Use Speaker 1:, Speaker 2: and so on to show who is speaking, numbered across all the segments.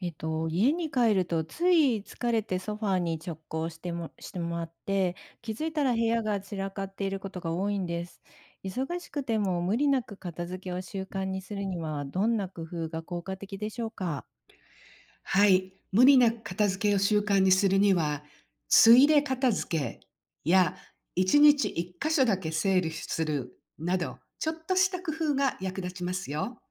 Speaker 1: 家に帰るとつい疲れてソファーに直行してもらって、気づいたら部屋が散らかっていることが多いんです。忙しくても無理なく片付けを習慣にするには、どんな工夫が効果的でしょうか？
Speaker 2: はい。無理な片付けを習慣にするには、ついで片付けや1日1箇所だけ整理するなど、ちょっとした工夫が役立ちますよ。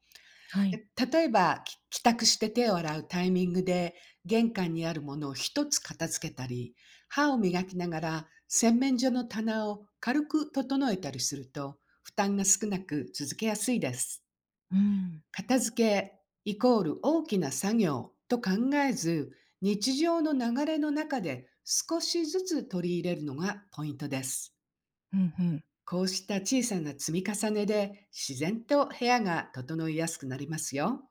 Speaker 1: はい。
Speaker 2: で例えば、帰宅して手を洗うタイミングで玄関にあるものを一つ片付けたり、歯を磨きながら洗面所の棚を軽く整えたりすると、負担が少なく続けやすいです。
Speaker 1: うん。
Speaker 2: 片付けイコール大きな作業と考えず、日常の流れの中で少しずつ取り入れるのがポイントです。
Speaker 1: うんうん。
Speaker 2: こうした小さな積み重ねで自然と部屋が整いやすくなりますよ。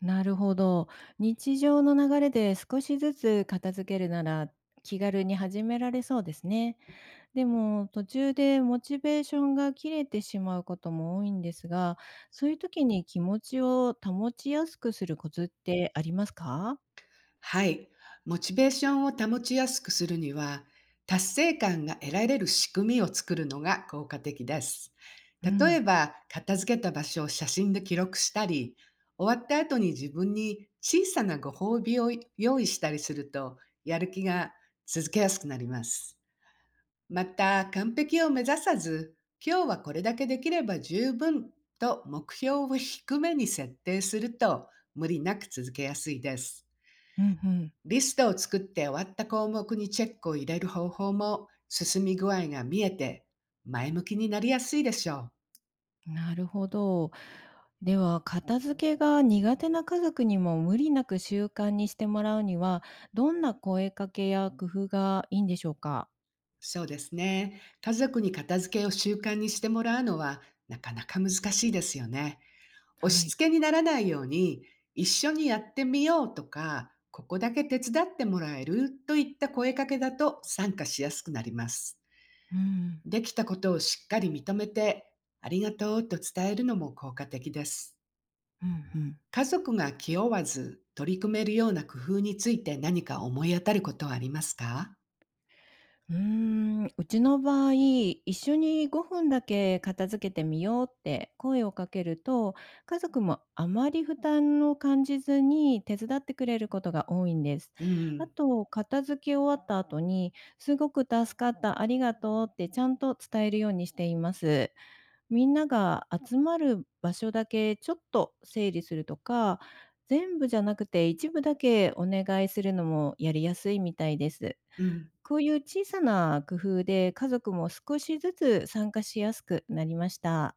Speaker 1: なるほど。日常の流れで少しずつ片付けるなら、気軽に始められそうですね。でも途中でモチベーションが切れてしまうことも多いんですが、そういう時に気持ちを保ちやすくするコツってありますか？
Speaker 2: はい。モチベーションを保ちやすくするには、達成感が得られる仕組みを作るのが効果的です。
Speaker 1: う
Speaker 2: 例え
Speaker 1: ん、
Speaker 2: ば、片付けた場所を写真で記録したり、終わった後に自分に小さなご褒美を用意したりすると、やる気が続けやすくなります。また、完璧を目指さず、今日はこれだけできれば十分と目標を低めに設定すると、無理なく続けやすいです。
Speaker 1: うん
Speaker 2: リストを作って終わった項目にチェックを入れる方法も進み具合が見えて前向きになりやすいでしょう。
Speaker 1: うん、なるほど。では、片付けが苦手な家族にも無理なく習慣にしてもらうには、どんな声かけや工夫がいいんでしょうか？
Speaker 2: そうですね。家族に片付けを習慣にしてもらうのはなかなか難しいですよね。押
Speaker 1: は
Speaker 2: し
Speaker 1: い。
Speaker 2: 付けにならないように一緒にやってみようとか、ここだけ手伝ってもらえるといった声かけだと参加しやすくなります。
Speaker 1: うん、
Speaker 2: できたことをしっかり認めてありがとうと伝えるのも効果的です。
Speaker 1: うんうん。
Speaker 2: 家族が気負わず取り組めるような工夫について何か思い当たることはありますか？
Speaker 1: うーん、うちの場合、一緒に5分だけ片付けてみようって声をかけると、家族もあまり負担を感じずに手伝ってくれることが多いんです。
Speaker 2: う
Speaker 1: あ
Speaker 2: ん、
Speaker 1: と、片付け終わった後に、すごく助かった、ありがとうってちゃんと伝えるようにしています。みんなが集まる場所だけちょっと整理するとか、全部じゃなくて一部だけお願いするのもやりやすいみたいです。
Speaker 2: うん、
Speaker 1: こういう小さな工夫で家族も少しずつ参加しやすくなりました。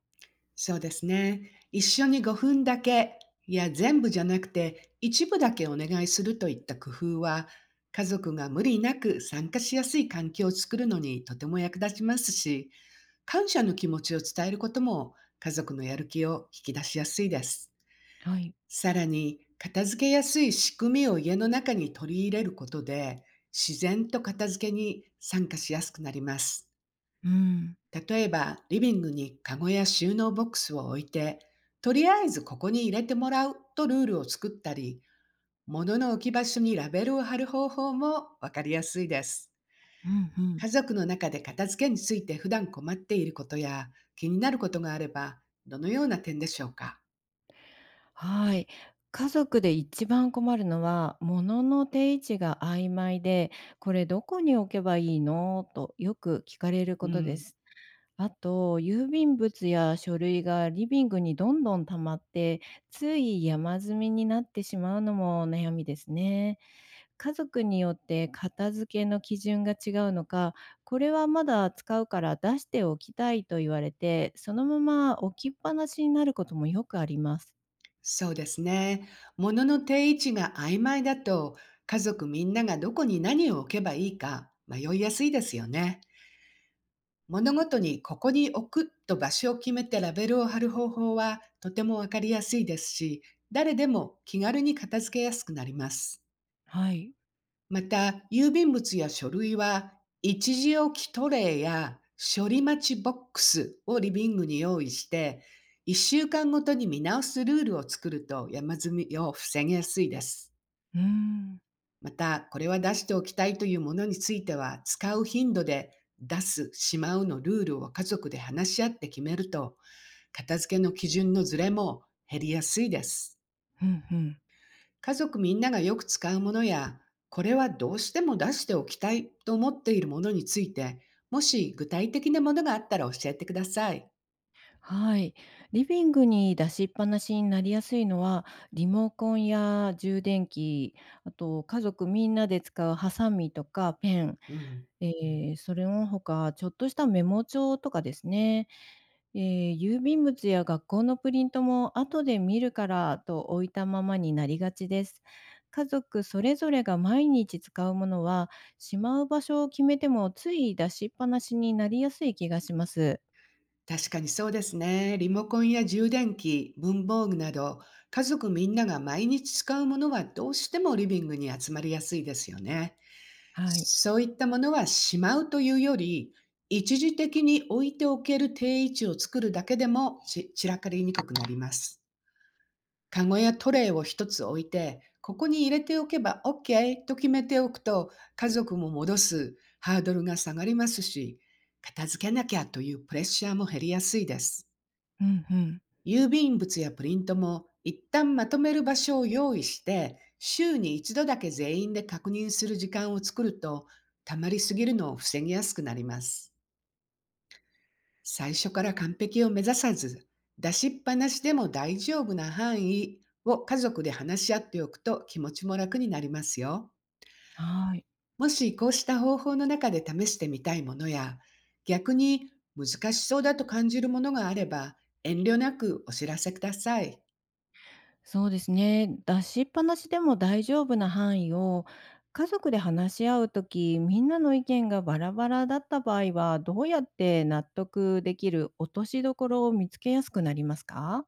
Speaker 2: そうですね。一緒に5分だけ、いや全部じゃなくて一部だけお願いするといった工夫は、家族が無理なく参加しやすい環境を作るのにとても役立ちますし、感謝の気持ちを伝えることも家族のやる気を引き出しやすいです。
Speaker 1: はい。
Speaker 2: さらに、片付けやすい仕組みを家の中に取り入れることで、自然と片付けに参加しやすくなります。
Speaker 1: うん。
Speaker 2: 例えば、リビングにカゴや収納ボックスを置いて、とりあえずここに入れてもらうとルールを作ったり、物の置き場所にラベルを貼る方法もわかりやすいです。
Speaker 1: うんう
Speaker 2: 家
Speaker 1: ん。
Speaker 2: 族の中で片付けについて普段困っていることや気になることがあれば、どのような点でしょうか？
Speaker 1: はい。家族で一番困るのは、物の定位置が曖昧で、これどこに置けばいいのとよく聞かれる
Speaker 2: う
Speaker 1: ことで
Speaker 2: ん。
Speaker 1: す。あと、郵便物や書類がリビングにどんどん溜まって、つい山積みになってしまうのも悩みですね。家族によって片付けの基準が違うのか、これはまだ使うから出しておきたいと言われて、そのまま置きっぱなしになることもよくあります。
Speaker 2: そうですね。物の定位置が曖昧だと、家族みんながどこに何を置けばいいか迷いやすいですよね。物ごとにここに置くと場所を決めてラベルを貼る方法はとてもわかりやすいですし、誰でも気軽に片付けやすくなります。
Speaker 1: はい。
Speaker 2: また、郵便物や書類は、一時置きトレイや処理待ちボックスをリビングに用意して、1週間ごとに見直すルールを作ると山積みを防げやすいです。
Speaker 1: うーん。
Speaker 2: また、これは出しておきたいというものについては、使う頻度で出す、しまうのルールを家族で話し合って決めると、片付けの基準のズレも減りやすいです。
Speaker 1: うんうん。
Speaker 2: 家族みんながよく使うものや、これはどうしても出しておきたいと思っているものについて、もし具体的なものがあったら教えてください。
Speaker 1: はい。リビングに出しっぱなしになりやすいのは、リモコンや充電器、あと家族みんなで使うハサミとかペン、
Speaker 2: うん。
Speaker 1: それの他、ちょっとしたメモ帳とかですね。郵便物や学校のプリントも後で見るからと置いたままになりがちです。家族それぞれが毎日使うものは、しまう場所を決めてもつい出しっぱなしになりやすい気がします。
Speaker 2: 確かにそうですね。リモコンや充電器、文房具など、家族みんなが毎日使うものはどうしてもリビングに集まりやすいですよね。
Speaker 1: はい。
Speaker 2: そういったものはしまうというより、一時的に置いておける定位置を作るだけでもち散らかりにくくなります。カゴやトレイを一つ置いて、ここに入れておけば OK と決めておくと、家族も戻すハードルが下がりますし、片付けなきゃというプレッシャーも減りやすいです。
Speaker 1: うんうん。
Speaker 2: 郵便物やプリントも一旦まとめる場所を用意して、週に一度だけ全員で確認する時間を作ると、溜まりすぎるのを防ぎやすくなります。最初から完璧を目指さず、出しっぱなしでも大丈夫な範囲を家族で話し合っておくと気持ちも楽になりますよ。
Speaker 1: はい。
Speaker 2: もしこうした方法の中で試してみたいものや、逆に難しそうだと感じるものがあれば、遠慮なくお知らせください。
Speaker 1: そうですね。出しっぱなしでも大丈夫な範囲を家族で話し合うときみんなの意見がバラバラだった場合は、どうやって納得できる落としどころを見つけやすくなりますか？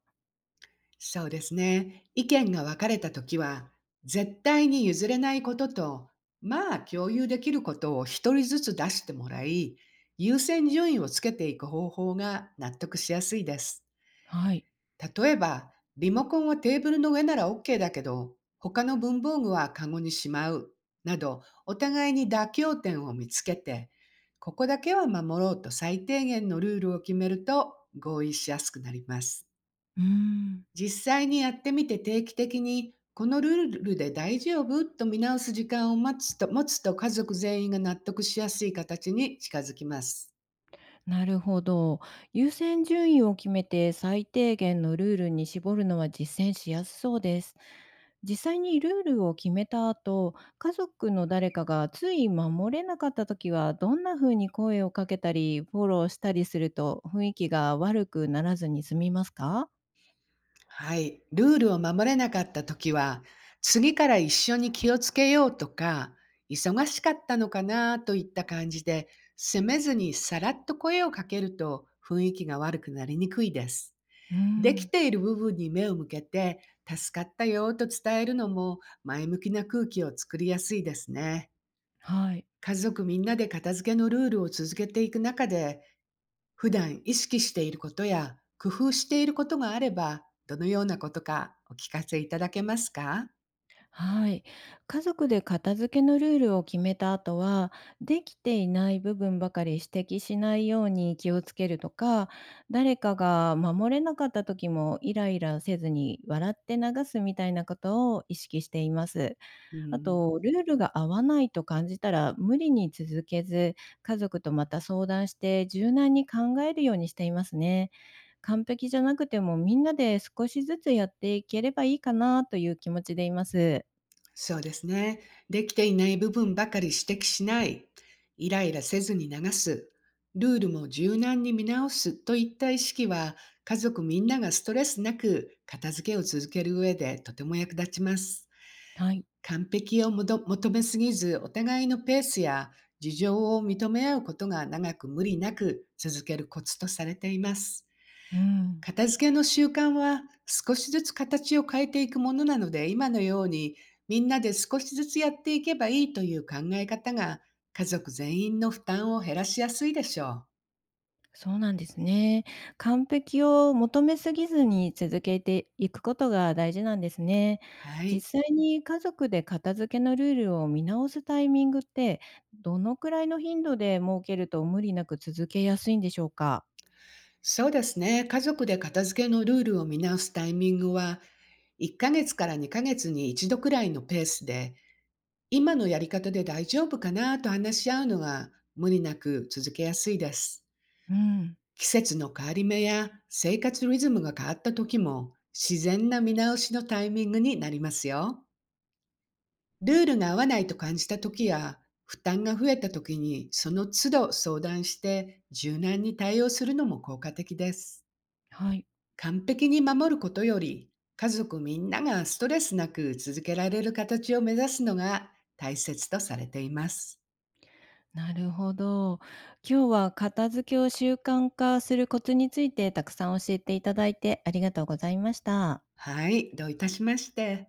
Speaker 2: そうですね。意見が分かれたときは、絶対に譲れないことと、まあ共有できることを一人ずつ出してもらい、優先順位をつけていく方法が納得しやすいです。
Speaker 1: はい。
Speaker 2: 例えば、リモコンはテーブルの上なら OK だけど、他の文房具はカゴにしまう、など、お互いに妥協点を見つけて、ここだけは守ろうと最低限のルールを決めると合意しやすくなります。
Speaker 1: うーん、
Speaker 2: 実際にやってみて定期的にこのルールで大丈夫と見直す時間を待つと持つと家族全員が納得しやすい形に近づきます。
Speaker 1: なるほど。優先順位を決めて最低限のルールに絞るのは実践しやすそうです。実際にルールを決めた後、家族の誰かがつい守れなかった時は、どんな風に声をかけたり、フォローしたりすると雰囲気が悪くならずに済みますか？
Speaker 2: はい。ルールを守れなかった時は、次から一緒に気をつけようとか、忙しかったのかなといった感じで、責めずにさらっと声をかけると雰囲気が悪くなりにくいです。
Speaker 1: うー
Speaker 2: でき
Speaker 1: ん、
Speaker 2: ている部分に目を向けて、助かったよと伝えるのも前向きな空気を作りやすいですね。
Speaker 1: はい。
Speaker 2: 家族みんなで片付けのルールを続けていく中で、普段意識していることや工夫していることがあれば、どのようなことかお聞かせいただけますか？
Speaker 1: はい。家族で片付けのルールを決めた後は、できていない部分ばかり指摘しないように気をつけるとか、誰かが守れなかった時もイライラせずに笑って流すみたいなことを意識しています。
Speaker 2: う
Speaker 1: あ
Speaker 2: ん。
Speaker 1: と、ルールが合わないと感じたら無理に続けず、家族とまた相談して柔軟に考えるようにしていますね。完璧じゃなくてもみんなで少しずつやっていければいいかなという気持ちでいます。
Speaker 2: そうですね。できていない部分ばかり指摘しない、イライラせずに流す、ルールも柔軟に見直すといった意識は、家族みんながストレスなく片付けを続ける上でとても役立ちます。
Speaker 1: はい。
Speaker 2: 完璧を求めすぎず、お互いのペースや事情を認め合うことが長く無理なく続けるコツとされています。
Speaker 1: うん。
Speaker 2: 片付けの習慣は少しずつ形を変えていくものなので今のようにみんなで少しずつやっていけばいいという考え方が家族全員の負担を減らしやすいでしょう。
Speaker 1: そうなんですね。完璧を求めすぎずに続けていくことが大事なんですね。
Speaker 2: はい。
Speaker 1: 実際に家族で片付けのルールを見直すタイミングって、どのくらいの頻度で設けると無理なく続けやすいんでしょうか？
Speaker 2: そうですね。家族で片付けのルールを見直すタイミングは1ヶ月から2ヶ月に1度くらいのペースで今のやり方で大丈夫かなと話し合うのが無理なく続けやすいです。
Speaker 1: うん。
Speaker 2: 季節の変わり目や生活リズムが変わった時も自然な見直しのタイミングになりますよ。ルールが合わないと感じた時や負担が増えた時にその都度相談して柔軟に対応するのも効果的です。
Speaker 1: はい。
Speaker 2: 完璧に守ることより家族みんながストレスなく続けられる形を目指すのが大切とされています。
Speaker 1: なるほど。今日は片付けを習慣化するコツについてたくさん教えていただいてありがとうございました。
Speaker 2: はい、どういたしまして。